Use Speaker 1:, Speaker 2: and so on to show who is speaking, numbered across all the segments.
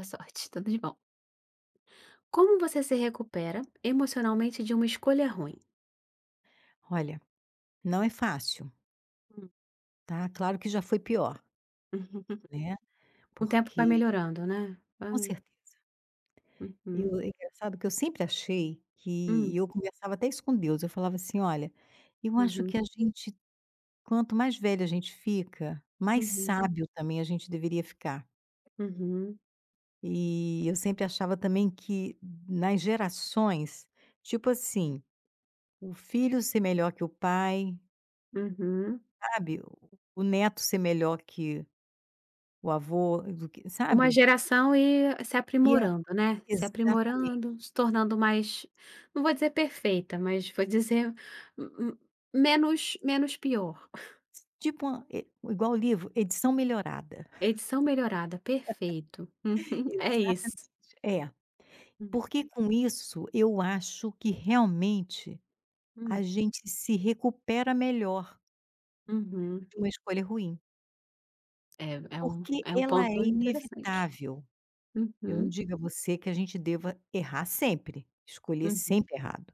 Speaker 1: Boa sorte, tudo de bom. Como você se recupera emocionalmente de uma escolha ruim?
Speaker 2: Olha, não é fácil,
Speaker 1: Hum.
Speaker 2: tá. Claro que já foi pior, né,
Speaker 1: Com o tempo vai
Speaker 2: porque
Speaker 1: melhorando, né. Vai
Speaker 2: com certeza. Eu
Speaker 1: uhum,
Speaker 2: é engraçado que eu sempre achei que
Speaker 1: hum,
Speaker 2: eu conversava até isso com Deus, eu falava assim: "Olha, eu acho
Speaker 1: uhum,
Speaker 2: que a gente quanto mais velha a gente fica, mais
Speaker 1: uhum,
Speaker 2: sábio também a gente deveria ficar".
Speaker 1: uhum,
Speaker 2: E eu sempre achava também que nas gerações, tipo assim, o filho ser melhor que o pai,
Speaker 1: uhum.
Speaker 2: sabe, o neto ser melhor que o avô do que
Speaker 1: Uma
Speaker 2: sabe?
Speaker 1: geração e se aprimorando, né, se
Speaker 2: Exatamente.
Speaker 1: aprimorando, se tornando mais, não vou dizer perfeita, mas vou dizer m m menos pior.
Speaker 2: Tipo uma e igual o livro, edição melhorada.
Speaker 1: Edição melhorada, perfeito. Uhum, é isso.
Speaker 2: Exatamente. É,
Speaker 1: Hum,
Speaker 2: porque com isso eu acho que realmente a
Speaker 1: hum,
Speaker 2: gente se recupera melhor
Speaker 1: uhum.
Speaker 2: de uma escolha ruim,
Speaker 1: É é um
Speaker 2: porque
Speaker 1: é um
Speaker 2: ela é
Speaker 1: ponto interessante.
Speaker 2: inevitável. Eu não
Speaker 1: Uhum,
Speaker 2: digo a você que a gente deva errar sempre, escolher
Speaker 1: uhum.
Speaker 2: sempre errado,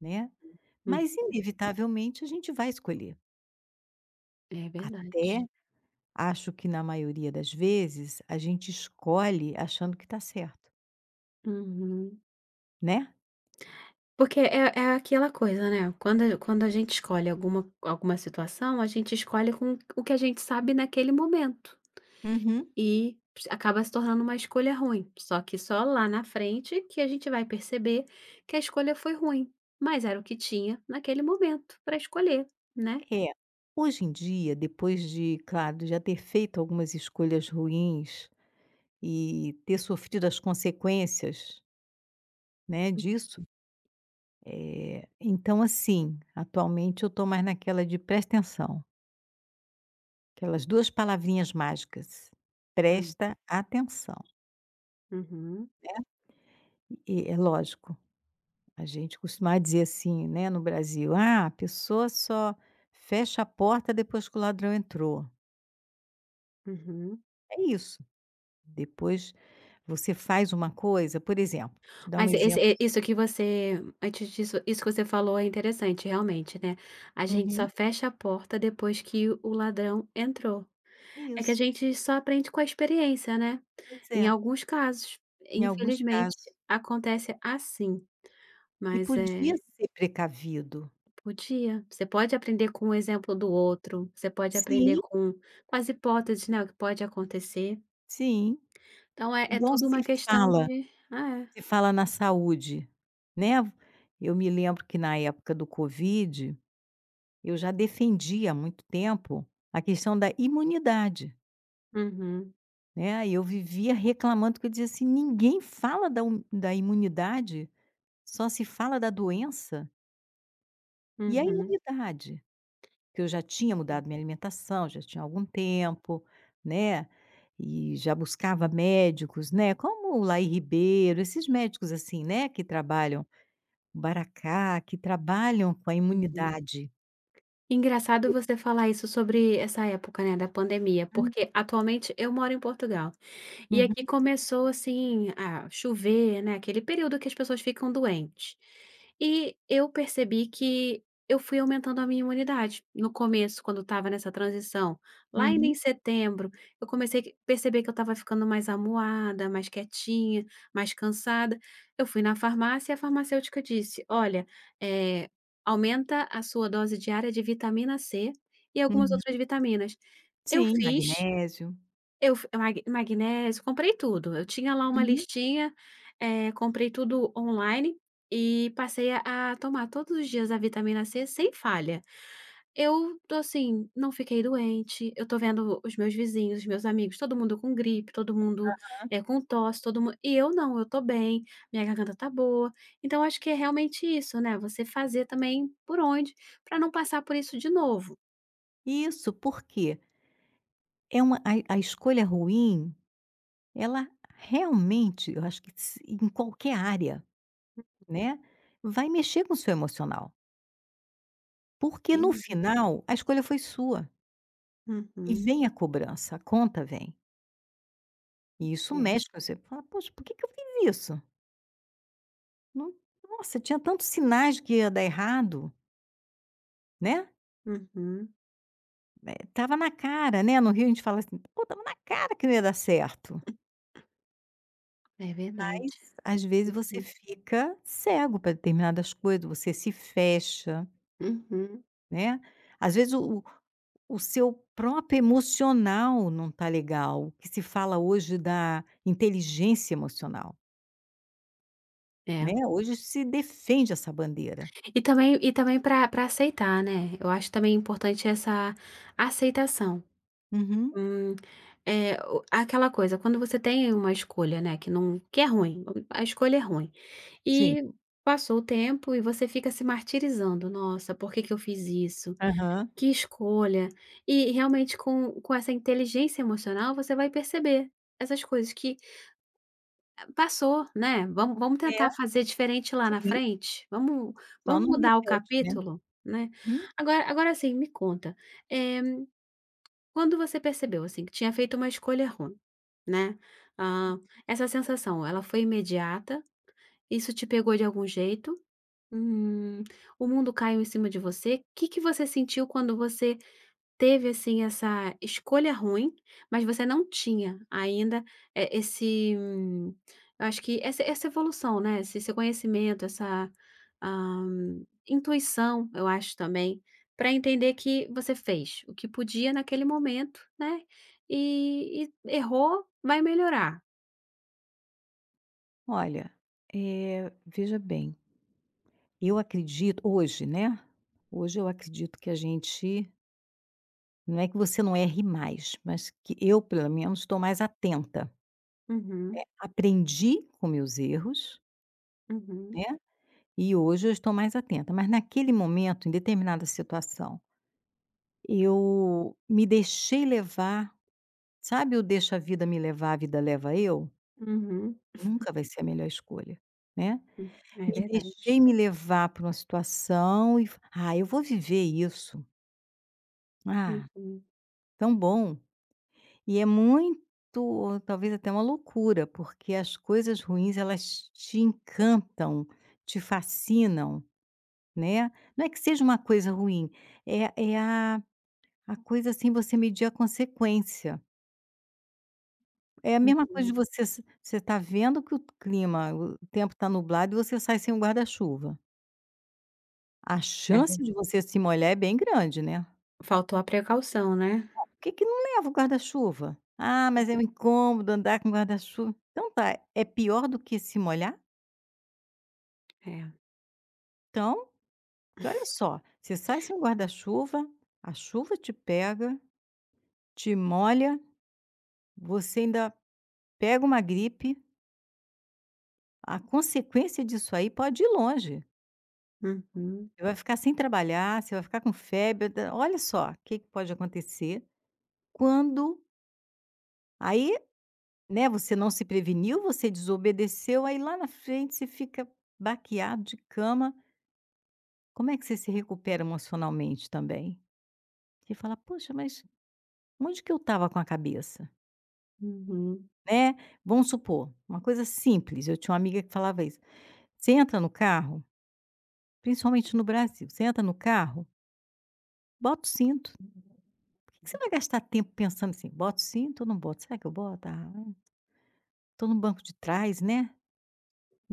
Speaker 2: né, mas
Speaker 1: Uhum.
Speaker 2: inevitavelmente a gente vai escolher.
Speaker 1: É verdade.
Speaker 2: Até acho que na maioria das vezes a gente escolhe achando que está certo,
Speaker 1: Uhum.
Speaker 2: né?
Speaker 1: Porque é aquela coisa, né, quando a gente escolhe alguma situação, a gente escolhe com o que a gente sabe naquele momento
Speaker 2: Uhum.
Speaker 1: e acaba se tornando uma escolha ruim. Só que só lá na frente que a gente vai perceber que a escolha foi ruim, mas era o que tinha naquele momento para escolher, né?
Speaker 2: É. Hoje em dia, depois de, claro, já ter feito algumas escolhas ruins e ter sofrido as consequências, né, disso, então, assim, atualmente eu estou mais naquela de "presta atenção", aquelas 2 palavrinhas mágicas,
Speaker 1: Hum.
Speaker 2: "presta atenção",
Speaker 1: Uhum,
Speaker 2: né. E é lógico, a gente costuma dizer assim, né, no Brasil: "Ah, a pessoa só fecha a porta depois que o ladrão entrou".
Speaker 1: uhum.
Speaker 2: É isso. Depois você faz uma coisa, por exemplo, te dar um
Speaker 1: Mas
Speaker 2: exemplo.
Speaker 1: esse isso que você antes disso isso que você falou é interessante realmente, né, a gente só
Speaker 2: Uhum.
Speaker 1: fecha a porta depois que o ladrão entrou. É que a
Speaker 2: Isso,
Speaker 1: gente só aprende com a experiência, né,
Speaker 2: pois
Speaker 1: em
Speaker 2: é,
Speaker 1: alguns casos,
Speaker 2: em alguns
Speaker 1: infelizmente
Speaker 2: casos.
Speaker 1: acontece assim,
Speaker 2: E
Speaker 1: mas,
Speaker 2: podia
Speaker 1: é
Speaker 2: ser precavido.
Speaker 1: podia você pode aprender com o exemplo do outro, você pode aprender
Speaker 2: Sim,
Speaker 1: com as hipóteses, né, o que pode acontecer,
Speaker 2: sim,
Speaker 1: então é
Speaker 2: igual
Speaker 1: tudo uma questão
Speaker 2: fala,
Speaker 1: de
Speaker 2: se fala na saúde, né. Eu me lembro que na época do Covid, eu já defendia há muito tempo a questão da imunidade,
Speaker 1: uhum,
Speaker 2: né, e eu vivia reclamando que eu dizia assim: "Ninguém fala da imunidade, só se fala da doença". E a
Speaker 1: uhum,
Speaker 2: imunidade, que eu já tinha mudado minha alimentação, já tinha algum tempo, né, e já buscava médicos, né, como o Laí Ribeiro, esses médicos assim, né, que trabalham o Baracá, que trabalham com a
Speaker 1: uhum.
Speaker 2: imunidade.
Speaker 1: Engraçado você falar isso sobre essa época, né, da pandemia,
Speaker 2: Hum,
Speaker 1: porque atualmente eu moro em Portugal. E aqui
Speaker 2: uhum,
Speaker 1: começou, assim, a chover, né, aquele período que as pessoas ficam doentes. E eu percebi que eu fui aumentando a minha imunidade. No começo, quando estava nessa transição, lá ainda
Speaker 2: uhum,
Speaker 1: em setembro, eu comecei a perceber que eu estava ficando mais amuada, mais quietinha, mais cansada. Eu fui na farmácia e a farmacêutica disse: "Olha, eh, aumenta a sua dose diária de vitamina C e algumas outras
Speaker 2: uhum.
Speaker 1: vitaminas". Eu
Speaker 2: Sim,
Speaker 1: fiz
Speaker 2: magnésio.
Speaker 1: eu f mag Magnésio, comprei tudo. Eu tinha lá uma
Speaker 2: Uhum.
Speaker 1: listinha, comprei tudo online e passei a tomar todos os dias a vitamina C sem falha. Eu tô assim, não fiquei doente, eu tô vendo os meus vizinhos, os meus amigos, todo mundo com gripe, todo mundo, com tosse, todo mun e eu não, eu tô bem, minha garganta tá boa. Então acho que é realmente isso, né, você fazer também por onde, pra não passar por isso de novo.
Speaker 2: Isso, porque é uma a escolha ruim, ela realmente, eu acho que se em qualquer área, né, vai mexer com o seu emocional. Porque
Speaker 1: Sem
Speaker 2: no
Speaker 1: dúvida.
Speaker 2: final a escolha foi sua e
Speaker 1: Uhum.
Speaker 2: vem a cobrança, a conta vem. E isso
Speaker 1: É.
Speaker 2: mexe com você, fala: "Poxa, por que que eu fiz isso? Não, nossa, tinha tantos sinais de que ia dar errado, né,
Speaker 1: Uhum.
Speaker 2: estava na cara", né, no Rio a gente fala assim: "Pô, estava na cara que não ia dar certo".
Speaker 1: É
Speaker 2: Mas
Speaker 1: verdade.
Speaker 2: às vezes você fica cego para determinadas coisas, você se fecha,
Speaker 1: Uhum,
Speaker 2: né. Às vezes o seu próprio emocional não está legal, o que se fala hoje da inteligência emocional.
Speaker 1: é.
Speaker 2: Né, hoje se defende essa bandeira.
Speaker 1: E também para aceitar, né, eu acho também importante essa aceitação.
Speaker 2: Uhum.
Speaker 1: Hum, eh, o aquela coisa, quando você tem uma escolha, né, que não que é ruim, a escolha é ruim,
Speaker 2: Sim.
Speaker 1: e passou o tempo e você fica se martirizando: "Nossa, por que que eu fiz isso?
Speaker 2: Aham.
Speaker 1: Que escolha?". E realmente com essa inteligência emocional, você vai perceber essas coisas que passou, né, vamos
Speaker 2: É,
Speaker 1: tentar fazer diferente lá na
Speaker 2: sim,
Speaker 1: frente, vamos
Speaker 2: só
Speaker 1: vamos
Speaker 2: não
Speaker 1: mudar o
Speaker 2: repete, né.
Speaker 1: capítulo, né.
Speaker 2: Hum.
Speaker 1: Agora assim, me conta, eh, quando você percebeu, assim, que tinha feito uma escolha ruim, né, hã, essa sensação, ela foi imediata? Isso te pegou de algum jeito? Hum, o mundo caiu em cima de você? O que que você sentiu quando você teve, assim, essa escolha ruim, mas você não tinha ainda, eh, esse eu acho que essa evolução, né, esse conhecimento, essa, intuição, eu acho também, para entender que você fez o que podia naquele momento, né, e errou, vai melhorar.
Speaker 2: Olha, veja bem, eu acredito hoje, né, hoje eu acredito que a gente não é que você não erre mais, mas que eu pelo menos estou mais atenta.
Speaker 1: Uhum,
Speaker 2: Aprendi com meus erros,
Speaker 1: uhum,
Speaker 2: né, e hoje eu estou mais atenta, mas naquele momento, em determinada situação, eu me deixei levar. Sabe o "deixa a vida me levar, a vida leva eu"?
Speaker 1: uhum,
Speaker 2: Nunca vai ser a melhor escolha, né.
Speaker 1: é verdade.
Speaker 2: Me levar para uma situação e fa "Ah, eu vou viver isso. Ah,
Speaker 1: Uhum,
Speaker 2: tão bom". E é muito, talvez até uma loucura, porque as coisas ruins elas te encantam, te fascinam, né. Não é que seja uma coisa ruim, é a coisa, assim, você medir a consequência. É a mesma coisa
Speaker 1: uhum,
Speaker 2: de você tá vendo que o tempo tá nublado e você sai sem o guarda-chuva. A
Speaker 1: é ver
Speaker 2: chance de você se molhar é bem grande, né.
Speaker 1: faltou a precaução, né.
Speaker 2: Por que que não leva o guarda-chuva? "Ah, mas é um incômodo andar com guarda-chuva". Então tá, é pior do que se molhar?
Speaker 1: É.
Speaker 2: Então, porque olha só, você sai sem guarda-chuva, a chuva te pega, te molha, você ainda pega uma gripe, a consequência disso aí pode ir longe.
Speaker 1: Uhum,
Speaker 2: Você vai ficar sem trabalhar, você vai ficar com febre, da olha só o que que pode acontecer quando aí, né, você não se preveniu, você desobedeceu, aí lá na frente você fica baqueado de cama. Como é que você se recupera emocionalmente também? Você fala: "Poxa, mas onde que eu estava com a cabeça?",
Speaker 1: uhum.
Speaker 2: né. Vamos supor, uma coisa simples, eu tinha uma amiga que falava isso: "Você entra no carro", principalmente no Brasil, "você entra no carro, bota o cinto". Que você vai gastar tempo pensando assim: "Boto cinto ou não boto? Será que eu boto? Ah, tô no banco de trás, né,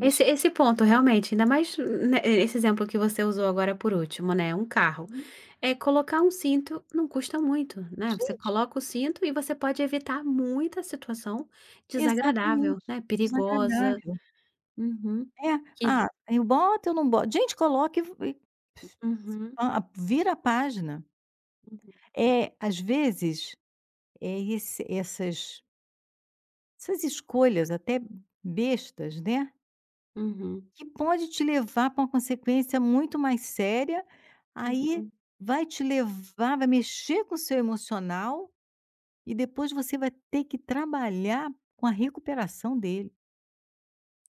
Speaker 1: Esse esse ponto realmente, ainda mais, né, esse exemplo que você usou agora por último, né, um carro.
Speaker 2: Uhum.
Speaker 1: É colocar um cinto não custa muito, né, você
Speaker 2: Gente,
Speaker 1: coloca o cinto e você pode evitar muita situação desagradável,
Speaker 2: exatamente,
Speaker 1: né, perigosa.
Speaker 2: desagradável.
Speaker 1: Uhum.
Speaker 2: É,
Speaker 1: Que
Speaker 2: "Ah, eu boto, eu não boto?". Gente, coloca e
Speaker 1: uhum,
Speaker 2: vira a página.
Speaker 1: uhum,
Speaker 2: É às vezes, é esse essas escolhas até bestas, né,
Speaker 1: uhum,
Speaker 2: que pode te levar para uma consequência muito mais séria, aí
Speaker 1: uhum.
Speaker 2: vai te levar vai mexer com o seu emocional. E depois você vai ter que trabalhar com a recuperação dele.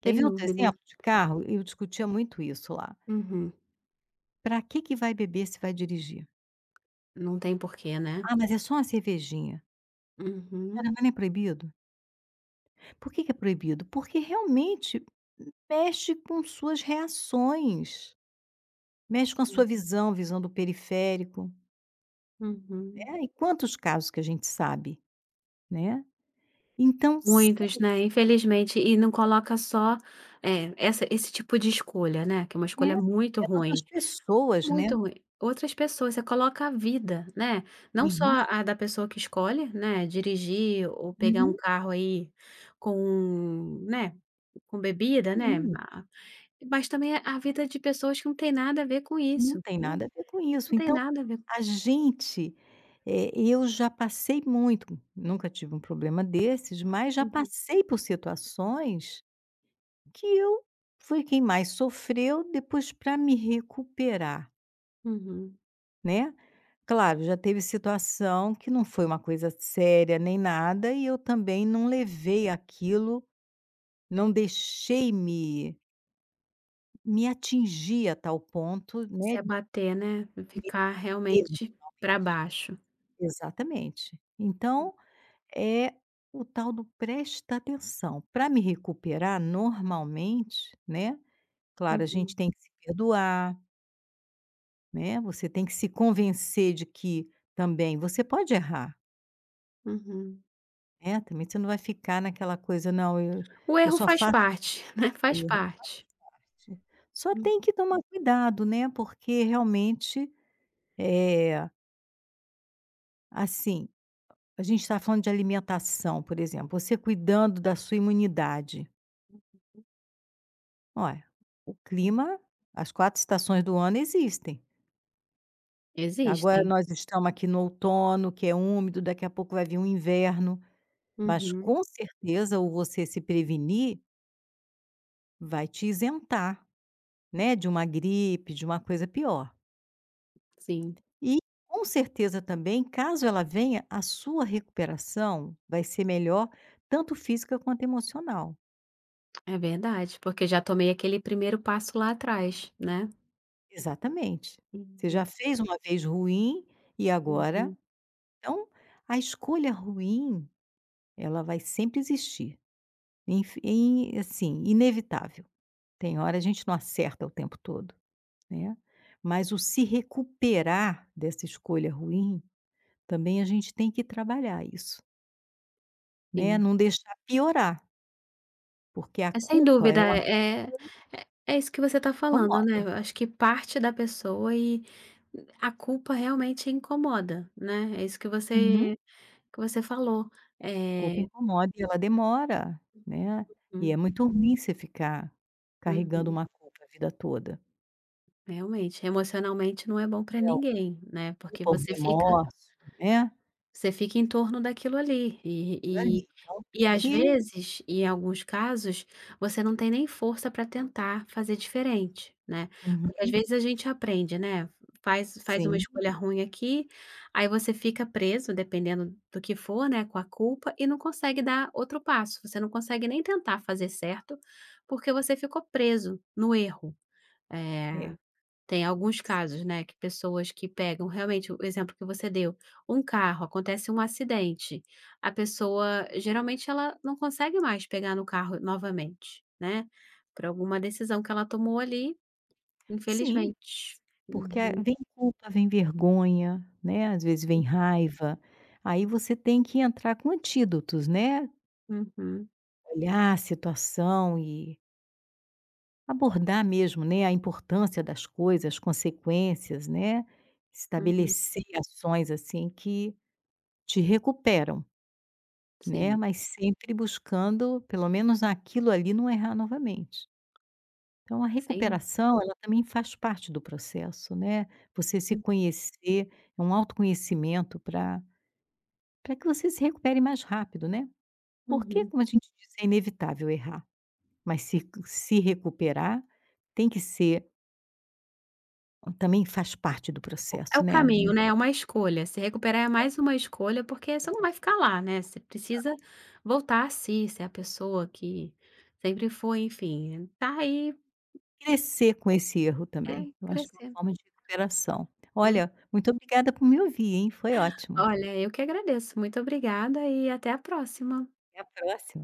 Speaker 2: Quer
Speaker 1: Sem
Speaker 2: ver outro
Speaker 1: dúvida.
Speaker 2: exemplo de carro? Eu discutia muito isso lá.
Speaker 1: Uhum.
Speaker 2: Para que que vai beber se vai dirigir?
Speaker 1: Não tem porquê, né.
Speaker 2: "Ah, mas é só uma cervejinha".
Speaker 1: Uhum,
Speaker 2: "Cara, mas não é proibido?". "Por que que é proibido?". Porque realmente mexe com suas reações, mexe com a sua visão, visão do periférico,
Speaker 1: uhum.
Speaker 2: né, e quantos casos que a gente sabe, né. Então são
Speaker 1: Muitos, né,
Speaker 2: isso
Speaker 1: infelizmente, e não coloca só, é essa esse tipo de escolha, né, que é uma
Speaker 2: é,
Speaker 1: escolha
Speaker 2: que
Speaker 1: muito
Speaker 2: afeta outras
Speaker 1: ruim.
Speaker 2: pessoas, né,
Speaker 1: Muito ruim. Outras pessoas, você coloca a vida, né, não
Speaker 2: em
Speaker 1: só a
Speaker 2: risco.
Speaker 1: da pessoa que escolhe, né, dirigir ou pegar um
Speaker 2: Uhum,
Speaker 1: carro aí com, né, com bebida, né,
Speaker 2: sim.
Speaker 1: ma mas também a vida de pessoas que não tem nada a ver com
Speaker 2: Que não
Speaker 1: isso,
Speaker 2: tem
Speaker 1: né,
Speaker 2: nada a ver com
Speaker 1: não
Speaker 2: isso.
Speaker 1: tem
Speaker 2: Então,
Speaker 1: nada a ver com
Speaker 2: a
Speaker 1: isso.
Speaker 2: gente, eu já passei muito, nunca tive um problema desses, mas já
Speaker 1: Uhum,
Speaker 2: passei por situações que eu fui quem mais sofreu depois para me recuperar,
Speaker 1: uhum.
Speaker 2: né. Claro, já teve situação que não foi uma coisa séria nem nada e eu também não levei aquilo, não deixei me atingir a tal ponto,
Speaker 1: Se
Speaker 2: né, de
Speaker 1: abater, né, ficar
Speaker 2: ter.
Speaker 1: realmente para baixo.
Speaker 2: Exatamente. Então é o tal do presta atenção. Para me recuperar normalmente, né, claro, a
Speaker 1: Uhum,
Speaker 2: gente tem que se perdoar, né, você tem que se convencer de que também você pode errar,
Speaker 1: uhum.
Speaker 2: né, também você não vai ficar naquela coisa: "Não,
Speaker 1: O
Speaker 2: eu
Speaker 1: erro
Speaker 2: só
Speaker 1: faz
Speaker 2: faço
Speaker 1: parte, né, faz
Speaker 2: erro".
Speaker 1: parte.
Speaker 2: Só
Speaker 1: Hum,
Speaker 2: tem que tomar cuidado, né, porque realmente, é assim, a gente está falando de alimentação, por exemplo, você cuidando da sua imunidade. Olha, o clima as 4 estações do ano existem. Já agora
Speaker 1: existem.
Speaker 2: nós estamos aqui no outono, que é úmido, daqui a pouco vai vir um inverno, mas
Speaker 1: Uhum,
Speaker 2: com certeza o você se prevenir vai te isentar, né, de uma gripe, de uma coisa pior.
Speaker 1: sim.
Speaker 2: E com certeza também, caso ela venha, a sua recuperação vai ser melhor, tanto física quanto emocional.
Speaker 1: É verdade, porque já tomei aquele primeiro passo lá atrás, né.
Speaker 2: Exatamente. Você
Speaker 1: Uhum,
Speaker 2: já fez uma vez ruim e agora
Speaker 1: uhum,
Speaker 2: então, a escolha ruim ela vai sempre existir, inf in assim, inevitável. Tem hora a gente não acerta o tempo todo, né, mas o se recuperar dessa escolha ruim, também a gente tem que trabalhar isso, né,
Speaker 1: sim.
Speaker 2: não deixar piorar, porque a
Speaker 1: É sem
Speaker 2: culpa é
Speaker 1: dúvida,
Speaker 2: uma
Speaker 1: é é é isso que você
Speaker 2: que
Speaker 1: está falando, né,
Speaker 2: incomoda.
Speaker 1: eu acho que parte da pessoa e a culpa realmente incomoda, né, é isso
Speaker 2: Uhum.
Speaker 1: que você falou.
Speaker 2: A culpa
Speaker 1: é
Speaker 2: incomoda e ela demora, né, e é
Speaker 1: hum,
Speaker 2: muito ruim você ficar carregando
Speaker 1: uhum,
Speaker 2: uma culpa a vida toda,
Speaker 1: realmente, emocionalmente não é bom para
Speaker 2: né, a
Speaker 1: ninguém, né, porque
Speaker 2: culpa, o
Speaker 1: você fica
Speaker 2: remorso, né,
Speaker 1: você fica em torno daquilo ali,
Speaker 2: aquilo ali,
Speaker 1: e
Speaker 2: então
Speaker 1: e
Speaker 2: tem
Speaker 1: às
Speaker 2: que
Speaker 1: vezes, em alguns casos, você não tem nem força para tentar fazer diferente, né. Porque às
Speaker 2: uhum.
Speaker 1: vezes a gente aprende, né, faz uma
Speaker 2: Sim,
Speaker 1: escolha ruim aqui, aí você fica preso, dependendo do que for, né, com a culpa e não consegue dar outro passo, você não consegue nem tentar fazer certo, porque você ficou preso no erro.
Speaker 2: é.
Speaker 1: Eh tem alguns casos, né, que pessoas que pegam realmente o exemplo que você deu, um carro, acontece um acidente, a pessoa geralmente ela não consegue mais pegar no carro novamente, né, por alguma decisão que ela tomou ali,
Speaker 2: Sim,
Speaker 1: infelizmente.
Speaker 2: porque
Speaker 1: Uhum,
Speaker 2: vem culpa, vem vergonha, né, às vezes vem raiva, aí você tem que entrar com antídotos, né,
Speaker 1: uhum,
Speaker 2: olhar a situação e abordar mesmo, né, a importância das coisas, as consequências, né,
Speaker 1: uhum.
Speaker 2: estabelecer ações, assim, que te recuperam, né,
Speaker 1: Sim,
Speaker 2: mas sempre buscando pelo menos aquilo ali não errar novamente. Então a
Speaker 1: sem
Speaker 2: recuperação, ela também faz parte do processo, né. Você se conhecer, é um autoconhecimento para que você se recupere mais rápido, né. Porque,
Speaker 1: uhum.
Speaker 2: como a gente diz, é inevitável errar, mas se recuperar tem que ser, também faz parte do
Speaker 1: É
Speaker 2: processo,
Speaker 1: o
Speaker 2: né. A
Speaker 1: caminho,
Speaker 2: gente
Speaker 1: né, é uma escolha. Se recuperar é mais uma escolha, porque
Speaker 2: é
Speaker 1: você não vai
Speaker 2: mais
Speaker 1: ficar
Speaker 2: uma,
Speaker 1: lá, né, você precisa voltar a si, ser a pessoa que sempre foi, enfim, tá aí,
Speaker 2: crescer com esse erro
Speaker 1: é,
Speaker 2: também. Eu acho que é uma
Speaker 1: crescer.
Speaker 2: forma de recuperação.
Speaker 1: Hum,
Speaker 2: Olha, muito obrigada por me ouvir, hein, foi ótimo.
Speaker 1: olha, eu que agradeço. Muito obrigada e até a próxima.
Speaker 2: Até a próxima.